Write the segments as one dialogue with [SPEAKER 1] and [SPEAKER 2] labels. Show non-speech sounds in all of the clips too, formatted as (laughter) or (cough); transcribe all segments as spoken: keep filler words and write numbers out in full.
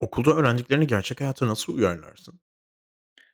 [SPEAKER 1] Okulda öğrendiklerini gerçek hayata nasıl uyarlarsın?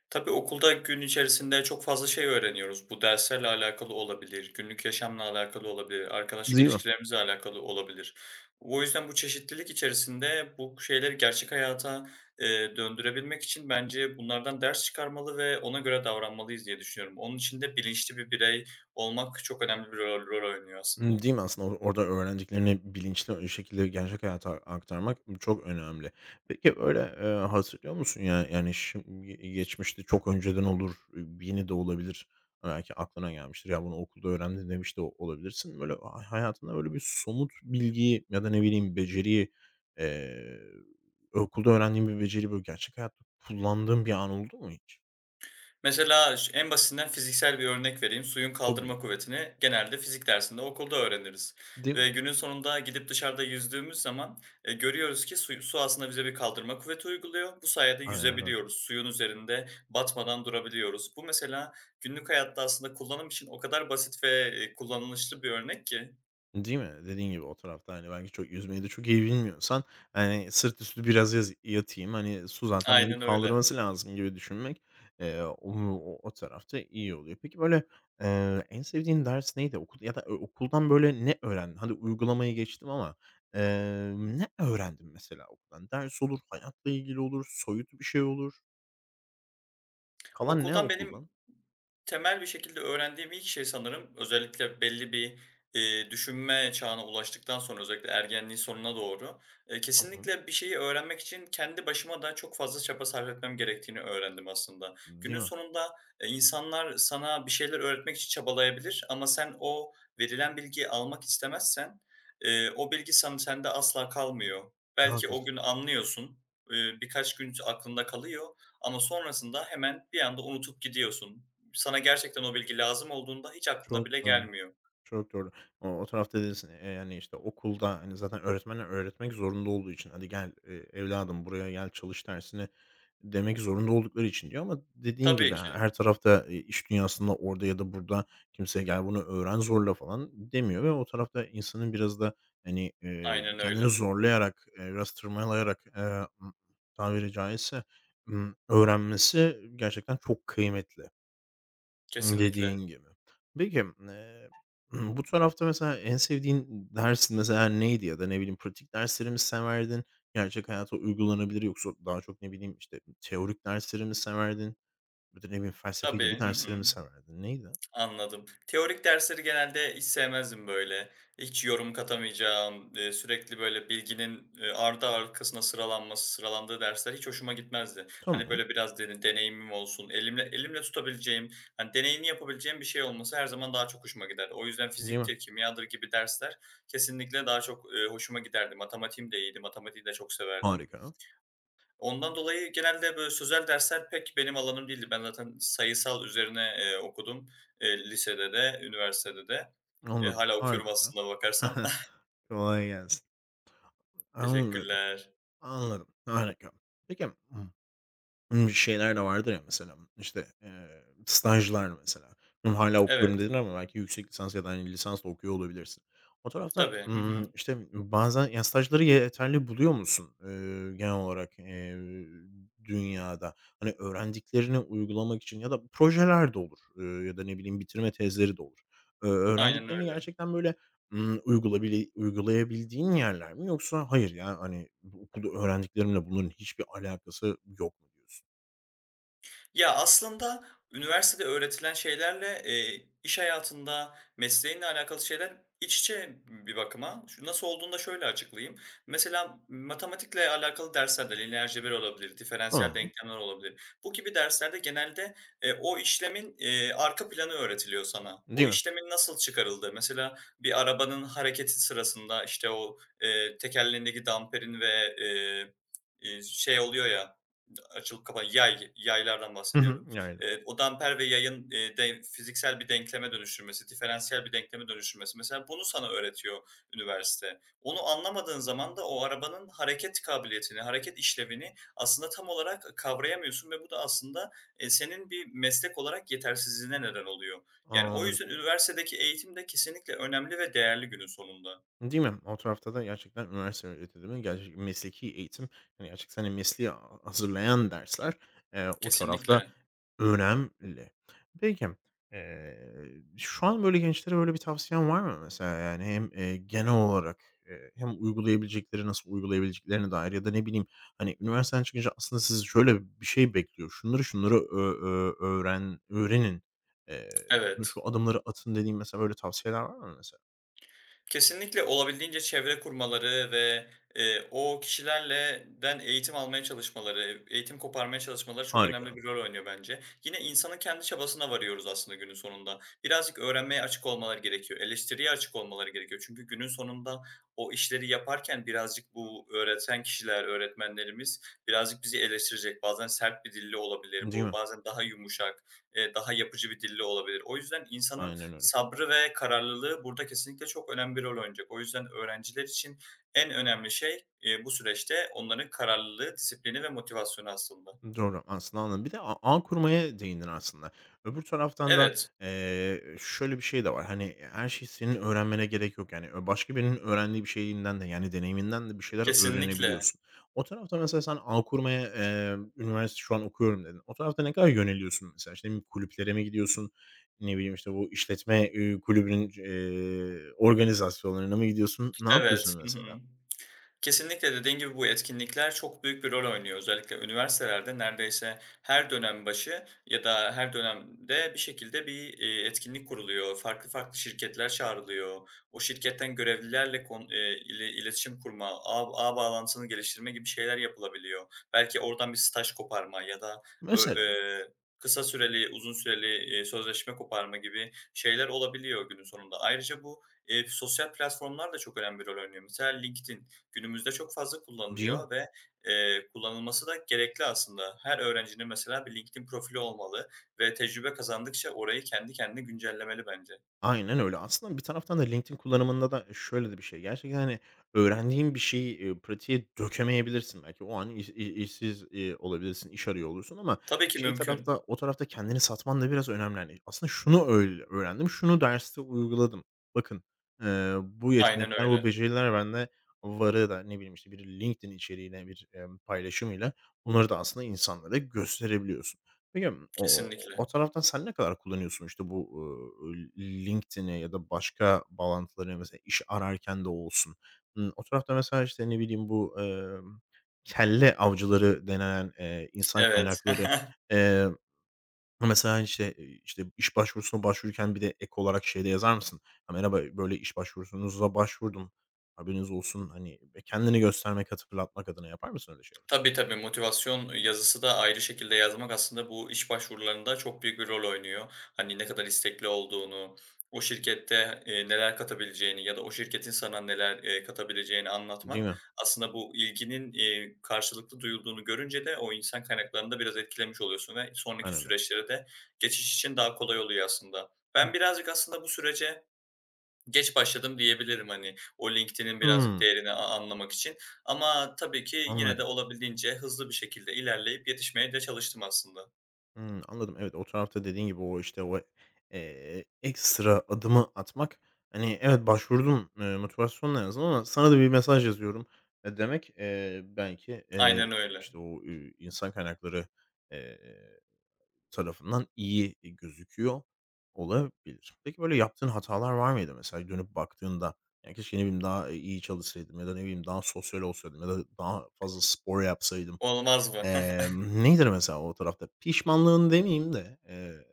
[SPEAKER 2] Tabii okulda gün içerisinde çok fazla şey öğreniyoruz. Bu derslerle alakalı olabilir, günlük yaşamla alakalı olabilir, arkadaşlık
[SPEAKER 1] Değil mi?
[SPEAKER 2] ilişkilerimizle alakalı olabilir. O yüzden bu çeşitlilik içerisinde bu şeyleri gerçek hayata, eee, döndürebilmek için bence bunlardan ders çıkarmalı ve ona göre davranmalıyız diye düşünüyorum. Onun için de bilinçli bir birey olmak çok önemli bir rol rol oynuyor aslında.
[SPEAKER 1] Imm, değil mi aslında? Or orada öğrendiklerini bilinçli bir şekilde gerçek hayata aktarmak çok önemli. Peki, öyle, eee, hatırlıyor musun ya, yani, şimdi geçmişte çok önceden olur, ııı, yeni de olabilir, belki aklına gelmiştir, "Ya, bunu okulda öğrendim." demiş de o- olabilirsin. Böyle, ha hayatında böyle bir somut bilgiyi ya da ne bileyim beceriyi, eee, okulda öğrendiğin bir beceri böyle, gerçek hayatta kullandığın bir an oldu mu hiç?
[SPEAKER 2] Mesela ş en basitinden fiziksel bir örnek vereyim. Suyun
[SPEAKER 1] Hobi,
[SPEAKER 2] kaldırma kuvvetini genelde fizik dersinde okulda öğreniriz
[SPEAKER 1] değil mi?
[SPEAKER 2] ve günün sonunda gidip dışarıda yüzdüğümüz zaman, eee, görüyoruz ki suyu su aslında bize bir kaldırma kuvveti uyguluyor. Bu sayede
[SPEAKER 1] Aynen öyle.
[SPEAKER 2] yüzebiliyoruz. Suyun üzerinde batmadan durabiliyoruz. Bu mesela günlük hayatta aslında kullanım için o kadar basit ve, eee, kullanışlı bir örnek ki.
[SPEAKER 1] Değil mi? Dediğin gibi o tarafta, hani, belki çok yüzmeyi de çok iyi bilmiyorsan, hani, sırtüstü biraz yaz yatayım, hani, su zaten beni
[SPEAKER 2] Aynen öyle.
[SPEAKER 1] kaldırması lazım gibi düşünmek, eee, o o o tarafta iyi oluyor. Peki, böyle, eee, en sevdiğin ders neydi? Okul ya da ö okuldan, böyle, ne öğrendin? Hadi uygulamayı geçtim ama, eee, ne öğrendin mesela okuldan? Ders olur, hayatla ilgili olur, soyut bir şey olur. Kalan ne
[SPEAKER 2] Okuldan benim
[SPEAKER 1] okuldan?
[SPEAKER 2] temel bir şekilde öğrendiğim ilk şey sanırım özellikle belli bir, eee, düşünme çağına ulaştıktan sonra özellikle ergenliğin sonuna doğru, eee,
[SPEAKER 1] Tamam.
[SPEAKER 2] kesinlikle bir şeyi öğrenmek için kendi başıma da çok fazla çaba sarf etmem gerektiğini öğrendim aslında.
[SPEAKER 1] Değil
[SPEAKER 2] Günün
[SPEAKER 1] mi?
[SPEAKER 2] sonunda, eee, insanlar sana bir şeyler öğretmek için çabalayabilir ama sen o verilen bilgiyi almak istemezsen, eee, o bilgi san sende asla kalmıyor. Belki o
[SPEAKER 1] Haklısın.
[SPEAKER 2] gün anlıyorsun, eee, birkaç gün aklında kalıyor ama sonrasında hemen bir anda unutup gidiyorsun. Sana gerçekten o bilgi lazım olduğunda hiç aklına
[SPEAKER 1] Çok
[SPEAKER 2] bile
[SPEAKER 1] da
[SPEAKER 2] gelmiyor.
[SPEAKER 1] Çok doğru. O o tarafta değilsin. Eee, yani, işte, okulda, hani, zaten öğretmenler öğretmek zorunda olduğu için, "Hadi gel, eee, evladım buraya gel, çalış dersini." demek zorunda oldukları için diyor ama dediğin
[SPEAKER 2] Tabii
[SPEAKER 1] gibi, ha
[SPEAKER 2] ki.
[SPEAKER 1] her tarafta, eee, iş dünyasında orada ya da burada kimse, "Gel bunu öğren zorla." falan demiyor ve o tarafta insanın biraz da, hani, eee,
[SPEAKER 2] Aynen
[SPEAKER 1] kendini
[SPEAKER 2] öyle.
[SPEAKER 1] zorlayarak, eee, biraz tırmalayarak, eee, tabiri caizse, ımm, öğrenmesi gerçekten çok kıymetli
[SPEAKER 2] Kesinlikle.
[SPEAKER 1] dediğin gibi. Peki, eee, bu tarafta mesela en sevdiğin ders mesela neydi ya da ne bileyim pratik dersleri mi severdin? Gerçek hayata uygulanabilir yoksa daha çok ne bileyim, işte, teorik dersleri mi severdin ya da ne bileyim felsefe gibi
[SPEAKER 2] Tabii. Hı
[SPEAKER 1] dersleri
[SPEAKER 2] hı.
[SPEAKER 1] mi severdin? Neydi?
[SPEAKER 2] Anladım. Teorik dersleri genelde hiç sevmezdim böyle. Hiç yorum katamayacağım, eee, sürekli böyle bilginin, eee, ardı arkasına sıralanması, sıralandığı dersler hiç hoşuma gitmezdi. Hani,
[SPEAKER 1] Tamam,
[SPEAKER 2] böyle biraz deni deneyimim olsun, elimle elimle tutabileceğim, hani, deneyini yapabileceğim bir şey olması her zaman daha çok hoşuma giderdi. O yüzden
[SPEAKER 1] değil mi?
[SPEAKER 2] fiziktir, kimyadır gibi dersler kesinlikle daha çok, eee, hoşuma giderdi. Matematiğim de iyiydi, matematiği de çok severdim.
[SPEAKER 1] Harika,
[SPEAKER 2] Ondan dolayı genelde böyle sözel dersler pek benim alanım değildi. Ben zaten sayısal üzerine, eee, okudum, eee, lisede de, üniversitede de. Eee,
[SPEAKER 1] anladım,
[SPEAKER 2] hâlâ okuyorum
[SPEAKER 1] harika.
[SPEAKER 2] aslında bakarsan.
[SPEAKER 1] (laughs)
[SPEAKER 2] (laughs)
[SPEAKER 1] Kolay gelsin. Anladım,
[SPEAKER 2] Teşekkürler.
[SPEAKER 1] anladım, harika. Peki. Imm, şeyler de vardır ya mesela, işte, eee, stajlar mesela. Imm, hâlâ okuyorum
[SPEAKER 2] Evet,
[SPEAKER 1] dedin ama belki yüksek lisans ya da, hani, lisans da okuyor olabilirsin. O tarafta,
[SPEAKER 2] tabii. Hı
[SPEAKER 1] ımm,
[SPEAKER 2] hı.
[SPEAKER 1] işte, bazen ya, stajları yeterli buluyor musun, eee, genel olarak, eee, dünyada? Hani, öğrendiklerini uygulamak için ya da projeler de olur, eee, ya da ne bileyim bitirme tezleri de olur. Eee,
[SPEAKER 2] Aynen
[SPEAKER 1] öğrendiklerini
[SPEAKER 2] öyle.
[SPEAKER 1] gerçekten böyle, ımm, uygulabili uygulayabildiğin yerler mi yoksa hayır ya, hani, bu okulda öğrendiklerimle bunların hiçbir alakası yok mu diyorsun?
[SPEAKER 2] Ya, aslında üniversitede öğretilen şeylerle, eee, iş hayatında mesleğinle alakalı şeyler iç içe bir bakıma. Şu nasıl olduğunu da şöyle açıklayayım. Mesela matematikle alakalı derslerde lineer cebir olabilir, diferansiyel
[SPEAKER 1] Tamam.
[SPEAKER 2] denklemler olabilir. Bu gibi derslerde genelde, eee, o işlemin, eee, arka planı öğretiliyor sana.
[SPEAKER 1] Değil
[SPEAKER 2] O
[SPEAKER 1] mi?
[SPEAKER 2] işlemin nasıl çıkarıldığı, mesela bir arabanın hareketi sırasında, işte, o, eee, tekerleğindeki damperin ve, eee, iii, şey oluyor ya, açılıp kapan yay, yaylardan
[SPEAKER 1] Hı hı.
[SPEAKER 2] bahsediyorum.
[SPEAKER 1] Yani,
[SPEAKER 2] Eee, o damper ve yayın, eee, de fiziksel bir denkleme dönüştürmesi, diferansiyel bir denkleme dönüştürmesi mesela bunu sana öğretiyor üniversite. Onu anlamadığın zaman da o arabanın hareket kabiliyetini, hareket işlevini aslında tam olarak kavrayamıyorsun ve bu da aslında, eee, senin bir meslek olarak yetersizliğine neden oluyor. Yani o
[SPEAKER 1] anladım.
[SPEAKER 2] yüzden üniversitedeki eğitim de kesinlikle önemli ve değerli günün sonunda.
[SPEAKER 1] Değil mi? O tarafta da gerçekten üniversite öğretimi, gerçek mesleki eğitim, yani gerçekten, hani, mesleğe hazırlayan dersler, eee, o tarafta
[SPEAKER 2] Kesinlikle,
[SPEAKER 1] önemli. Peki, eee, şu an böyle gençlere böyle bir tavsiyen var mı mesela? Yani hem, eee, genel olarak, eee, hem uygulayabilecekleri, nasıl uygulayabileceklerine dair ya da ne bileyim, hani, üniversiteden çıkınca aslında sizi şöyle bir şey bekliyor, şunları şunları ö ö öğren öğrenin, eee,
[SPEAKER 2] evet.
[SPEAKER 1] şu adımları atın dediğim mesela böyle tavsiyeler var mı mesela?
[SPEAKER 2] Kesinlikle olabildiğince çevre kurmaları ve, eee, o kişilerle den eğitim almaya çalışmaları, eğitim koparmaya çalışmaları çok önemli
[SPEAKER 1] Harika,
[SPEAKER 2] bir rol oynuyor bence. Yine insanın kendi çabasına varıyoruz aslında günün sonunda. Birazcık öğrenmeye açık olmaları gerekiyor, eleştiriye açık olmaları gerekiyor. Çünkü günün sonunda o işleri yaparken birazcık bu öğreten kişiler, öğretmenlerimiz birazcık bizi eleştirecek. Bazen sert bir dille olabilir
[SPEAKER 1] değil
[SPEAKER 2] bu,
[SPEAKER 1] mi?
[SPEAKER 2] bazen daha yumuşak, eee, daha yapıcı bir dille olabilir. O yüzden insanın
[SPEAKER 1] Aynen öyle.
[SPEAKER 2] sabrı ve kararlılığı burada kesinlikle çok önemli bir rol oynayacak. O yüzden öğrenciler için en önemli şey, eee, bu süreçte onların kararlılığı, disiplini ve motivasyonu aslında.
[SPEAKER 1] Doğru, aslında anladım. Bir de a ağ kurmaya değindin aslında. Öbür taraftan da,
[SPEAKER 2] Evet,
[SPEAKER 1] eee, şöyle bir şey de var, hani, her şeyi senin öğrenmene gerek yok. Yani, ö başka birinin öğrendiği bir şeyinden de, yani, deneyiminden de bir şeyler
[SPEAKER 2] kesinlikle.
[SPEAKER 1] öğrenebiliyorsun. O tarafta mesela sen ağ kurmaya, eee, üniversite şu an okuyorum dedin. O tarafta ne kadar yöneliyorsun mesela? İşte, ne bileyim, kulüplere mi gidiyorsun? Ne bileyim, işte, bu işletme, ııı, kulübünün, eee, organizasyonlarına mı gidiyorsun? Ne yapıyorsun
[SPEAKER 2] Evet. Hı hı.
[SPEAKER 1] mesela?
[SPEAKER 2] Kesinlikle dediğin gibi bu etkinlikler çok büyük bir rol oynuyor. Özellikle üniversitelerde neredeyse her dönem başı ya da her dönemde bir şekilde bir, eee, etkinlik kuruluyor. Farklı farklı şirketler çağrılıyor. O şirketten görevlilerle kon eee, ile iletişim kurma, ağ ağ bağlantısını geliştirme gibi şeyler yapılabiliyor. Belki oradan bir staj koparma ya da ö
[SPEAKER 1] Mesela,
[SPEAKER 2] eee, kısa süreli, uzun süreli, eee, sözleşme koparma gibi şeyler olabiliyor günün sonunda. Ayrıca bu, eee, sosyal platformlar da çok önemli bir rol oynuyor. Mesela LinkedIn. Günümüzde çok fazla
[SPEAKER 1] değil mi?
[SPEAKER 2] kullanılıyor ve, eee, kullanılması da gerekli aslında. Her öğrencinin mesela bir LinkedIn profili olmalı ve tecrübe kazandıkça orayı kendi kendine güncellemeli bence.
[SPEAKER 1] Aynen öyle. Aslında bir taraftan da LinkedIn kullanımında da şöyle de bir şey. Gerçekten, hani, öğrendiğin bir şeyi, eee, pratiğe dökemeyebilirsin belki. O an iş i işsiz, eee, olabilirsin, iş arıyor olursun ama
[SPEAKER 2] Tabii ki
[SPEAKER 1] şey
[SPEAKER 2] mümkün.
[SPEAKER 1] tarafta o tarafta kendini satman da biraz önemli. Hani, aslında şunu öyle öğrendim, şunu derste uyguladım. Bakın, eee, bu
[SPEAKER 2] Aynen
[SPEAKER 1] yetenekler, bu
[SPEAKER 2] öyle.
[SPEAKER 1] beceriler bende varı da ne bileyim, işte, bir LinkedIn içeriğine bir, emm, paylaşımıyla bunları da aslında insanlara gösterebiliyorsun. Peki, o
[SPEAKER 2] Kesinlikle.
[SPEAKER 1] o taraftan sen ne kadar kullanıyorsun, işte, bu, ııı, LinkedIn'i ya da başka bağlantıları mesela iş ararken de olsun. Imm, o tarafta mesela, işte, ne bileyim, bu, emm, kelle avcıları denen, eee, insan
[SPEAKER 2] Evet.
[SPEAKER 1] kaynakları,
[SPEAKER 2] (laughs)
[SPEAKER 1] eee, mesela, işte, işte, iş başvurusuna başvururken bir de ek olarak şey de yazar mısın? "Ya, merhaba, böyle iş başvurusunuza başvurdum, haberiniz olsun." hani, kendini göstermek, hatırlatmak adına yapar mısın öyle şeyler?
[SPEAKER 2] Tabii, tabii, motivasyon yazısı da ayrı şekilde yazmak aslında bu iş başvurularında çok büyük bir rol oynuyor. Hani, ne kadar istekli olduğunu, o şirkette, eee, neler katabileceğini ya da o şirketin sana neler, eee, katabileceğini
[SPEAKER 1] Değil
[SPEAKER 2] anlatmak
[SPEAKER 1] mi?
[SPEAKER 2] aslında bu ilginin, eee, karşılıklı duyulduğunu görünce de o insan kaynaklarında biraz etkilemiş oluyorsun ve sonraki
[SPEAKER 1] Aynen öyle.
[SPEAKER 2] süreçlere de geçiş için daha kolay oluyor aslında. Ben birazcık aslında bu sürece geç başladım diyebilirim, hani, o LinkedIn'in birazcık
[SPEAKER 1] Hımm,
[SPEAKER 2] değerini a anlamak için ama tabii ki yine de
[SPEAKER 1] anladım.
[SPEAKER 2] olabildiğince hızlı bir şekilde ilerleyip yetişmeye de çalıştım aslında.
[SPEAKER 1] Hımm, anladım. Evet, o tarafta dediğin gibi o, işte, o, eee, ekstra adımı atmak, hani, evet, başvurdum, eee, motivasyonla yazdım ama sana da bir mesaj yazıyorum, eee, demek, eee, belki, eee,
[SPEAKER 2] Aynen öyle.
[SPEAKER 1] işte, o, eee, insan kaynakları, eee, tarafından iyi, gözüküyor olabilir. Peki, böyle, yaptığın hatalar var mıydı mesela dönüp baktığında? Ya, keşke, ne bileyim, daha, iyi çalışsaydım ya da, ne bileyim, daha sosyal olsaydım ya da daha fazla spor yapsaydım
[SPEAKER 2] Olmaz mı? (laughs)
[SPEAKER 1] Emm, Nedir mesela o tarafta? Pişmanlığın demeyeyim de, eee,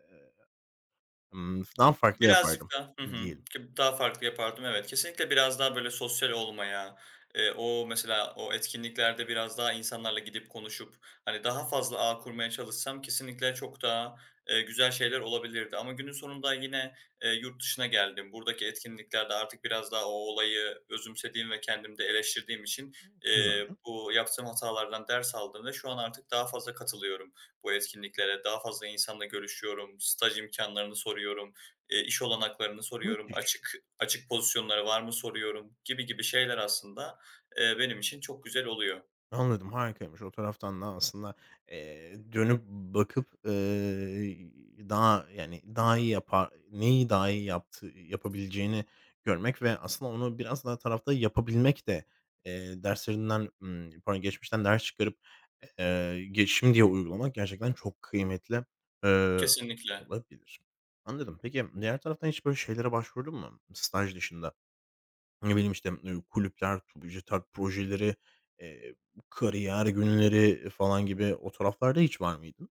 [SPEAKER 1] ımm, daha farklı
[SPEAKER 2] Birazcık
[SPEAKER 1] yapardım
[SPEAKER 2] daha. Hı hı.
[SPEAKER 1] diyelim.
[SPEAKER 2] Ki daha farklı yapardım, evet. Kesinlikle biraz daha, böyle, sosyal olmaya, eee, o mesela o etkinliklerde biraz daha insanlarla gidip konuşup, hani, daha fazla ağ kurmaya çalışsam kesinlikle çok daha, eee, güzel şeyler olabilirdi ama günün sonunda yine, eee, yurt dışına geldim. Buradaki etkinliklerde artık biraz daha o olayı özümsediğim ve kendimde eleştirdiğim için,
[SPEAKER 1] Güzel.
[SPEAKER 2] eee, bu yaptığım hatalardan ders aldım ve şu an artık daha fazla katılıyorum bu etkinliklere. Daha fazla insanla görüşüyorum, staj imkanlarını soruyorum. Eee, iş olanaklarını soruyorum,
[SPEAKER 1] Müthiş.
[SPEAKER 2] açık açık pozisyonları var mı soruyorum gibi gibi şeyler aslında, eee, benim için çok güzel oluyor.
[SPEAKER 1] Anladım, harikaymış. O taraftan da aslında, eee, dönüp bakıp, eee, daha, yani, daha iyi yapar neyi daha iyi yaptı, yapabileceğini görmek ve aslında onu biraz daha tarafta yapabilmek de, eee, derslerinden, ımm, pardon, geçmişten ders çıkarıp, eee, ge şimdiye uygulamak gerçekten çok kıymetli, eee,
[SPEAKER 2] Kesinlikle.
[SPEAKER 1] olabilir. Anladım. Peki, diğer taraftan hiç böyle şeylere başvurdun mu staj dışında? Ne bileyim, işte, eee, kulüpler, TÜBİTAK projeleri, eee, kariyer günleri falan gibi o taraflarda hiç var mıydın?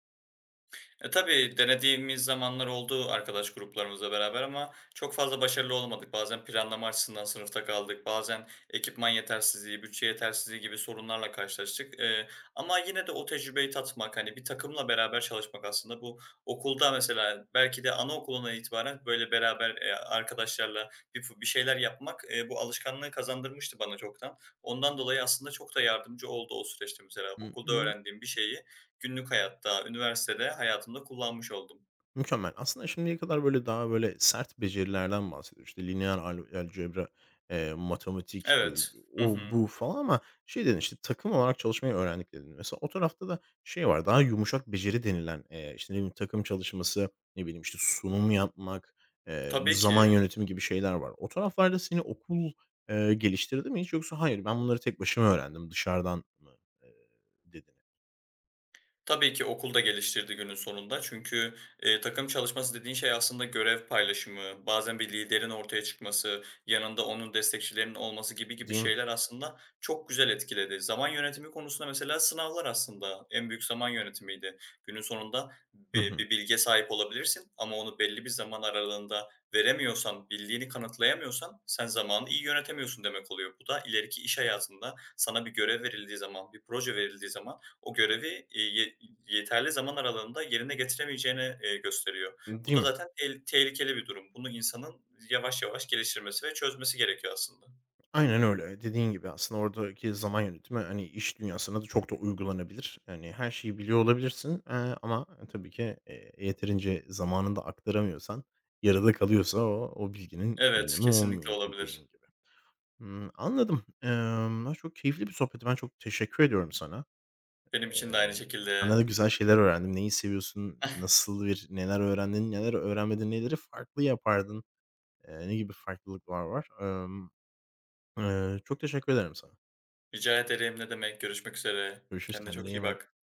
[SPEAKER 2] E, tabii denediğimiz zamanlar oldu arkadaş gruplarımızla beraber ama çok fazla başarılı olamadık. Bazen planlama açısından sınıfta kaldık. Bazen ekipman yetersizliği, bütçe yetersizliği gibi sorunlarla karşılaştık. Eee, ama yine de o tecrübeyi tatmak, hani, bir takımla beraber çalışmak aslında bu okulda mesela belki de anaokulundan itibaren böyle beraber, eee, arkadaşlarla bir bir şeyler yapmak, eee, bu alışkanlığı kazandırmıştı bana çoktan. Ondan dolayı aslında çok da yardımcı oldu o süreçte mesela.
[SPEAKER 1] Hı
[SPEAKER 2] Okulda
[SPEAKER 1] hı.
[SPEAKER 2] öğrendiğim bir şeyi günlük hayatta, üniversitede hayatımda kullanmış oldum.
[SPEAKER 1] Mükemmel. Aslında şimdiye kadar böyle daha böyle sert becerilerden bahsediyor. İşte lineer al algebra, eee, matematik, eee,
[SPEAKER 2] Evet. Hı
[SPEAKER 1] o,
[SPEAKER 2] hı.
[SPEAKER 1] bu falan ama şey dedin, işte, "Takım olarak çalışmayı öğrendik." dedin. Mesela o tarafta da şey var, daha yumuşak beceri denilen, eee, işte, ne bileyim, takım çalışması, ne bileyim, işte, sunum yapmak, eee,
[SPEAKER 2] Tabii
[SPEAKER 1] zaman
[SPEAKER 2] ki.
[SPEAKER 1] yönetimi gibi şeyler var. O taraflarda seni okul, eee, geliştirdi mi hiç yoksa "Hayır, ben bunları tek başıma öğrendim, dışarıdan mı?" eee, dedin?
[SPEAKER 2] Tabii ki okul da geliştirdi günün sonunda. Çünkü, eee, takım çalışması dediğin şey aslında görev paylaşımı, bazen bir liderin ortaya çıkması, yanında onun destekçilerinin olması gibi gibi
[SPEAKER 1] Değil mi?
[SPEAKER 2] şeyler aslında çok güzel etkiledi. Zaman yönetimi konusunda mesela sınavlar aslında en büyük zaman yönetimiydi. Günün sonunda
[SPEAKER 1] Hı
[SPEAKER 2] bi
[SPEAKER 1] hı.
[SPEAKER 2] bir bilgiye sahip olabilirsin ama onu belli bir zaman aralığında veremiyorsan, bildiğini kanıtlayamıyorsan sen zamanı iyi yönetemiyorsun demek oluyor. Bu da ileriki iş hayatında sana bir görev verildiği zaman, bir proje verildiği zaman o görevi, iii, ye yeterli zaman aralığında yerine getiremeyeceğini, eee, gösteriyor. Bu
[SPEAKER 1] Değil
[SPEAKER 2] da
[SPEAKER 1] mi?
[SPEAKER 2] zaten tel tehlikeli bir durum. Bunu insanın yavaş yavaş geliştirmesi ve çözmesi gerekiyor aslında.
[SPEAKER 1] Aynen öyle. Dediğin gibi aslında oradaki zaman yönetimi, hani, iş dünyasına da çok da uygulanabilir. Yani, her şeyi biliyor olabilirsin, eee, ama tabii ki, eee, yeterince zamanında aktaramıyorsan, yarıda kalıyorsa o o bilginin bir
[SPEAKER 2] Evet,
[SPEAKER 1] önemi
[SPEAKER 2] kesinlikle
[SPEAKER 1] olmuyor dediğin
[SPEAKER 2] olabilir.
[SPEAKER 1] gibi. Hımm, anladım. Emm, çok keyifli bir sohbetti. Ben çok teşekkür ediyorum sana.
[SPEAKER 2] Benim için de
[SPEAKER 1] Eee,
[SPEAKER 2] aynı
[SPEAKER 1] Senden de
[SPEAKER 2] şekilde.
[SPEAKER 1] güzel şeyler öğrendim. Neyi seviyorsun,
[SPEAKER 2] (laughs)
[SPEAKER 1] nasıl bir neler öğrendin, neler öğrenmedin, neleri farklı yapardın, eee, ne gibi farklılıklar var? Emm, eee, çok teşekkür ederim sana.
[SPEAKER 2] Rica ederim, ne demek. Görüşmek üzere.
[SPEAKER 1] Görüşürüz,
[SPEAKER 2] Kendine
[SPEAKER 1] kendine
[SPEAKER 2] çok
[SPEAKER 1] iyi
[SPEAKER 2] iyi
[SPEAKER 1] bak.
[SPEAKER 2] bak.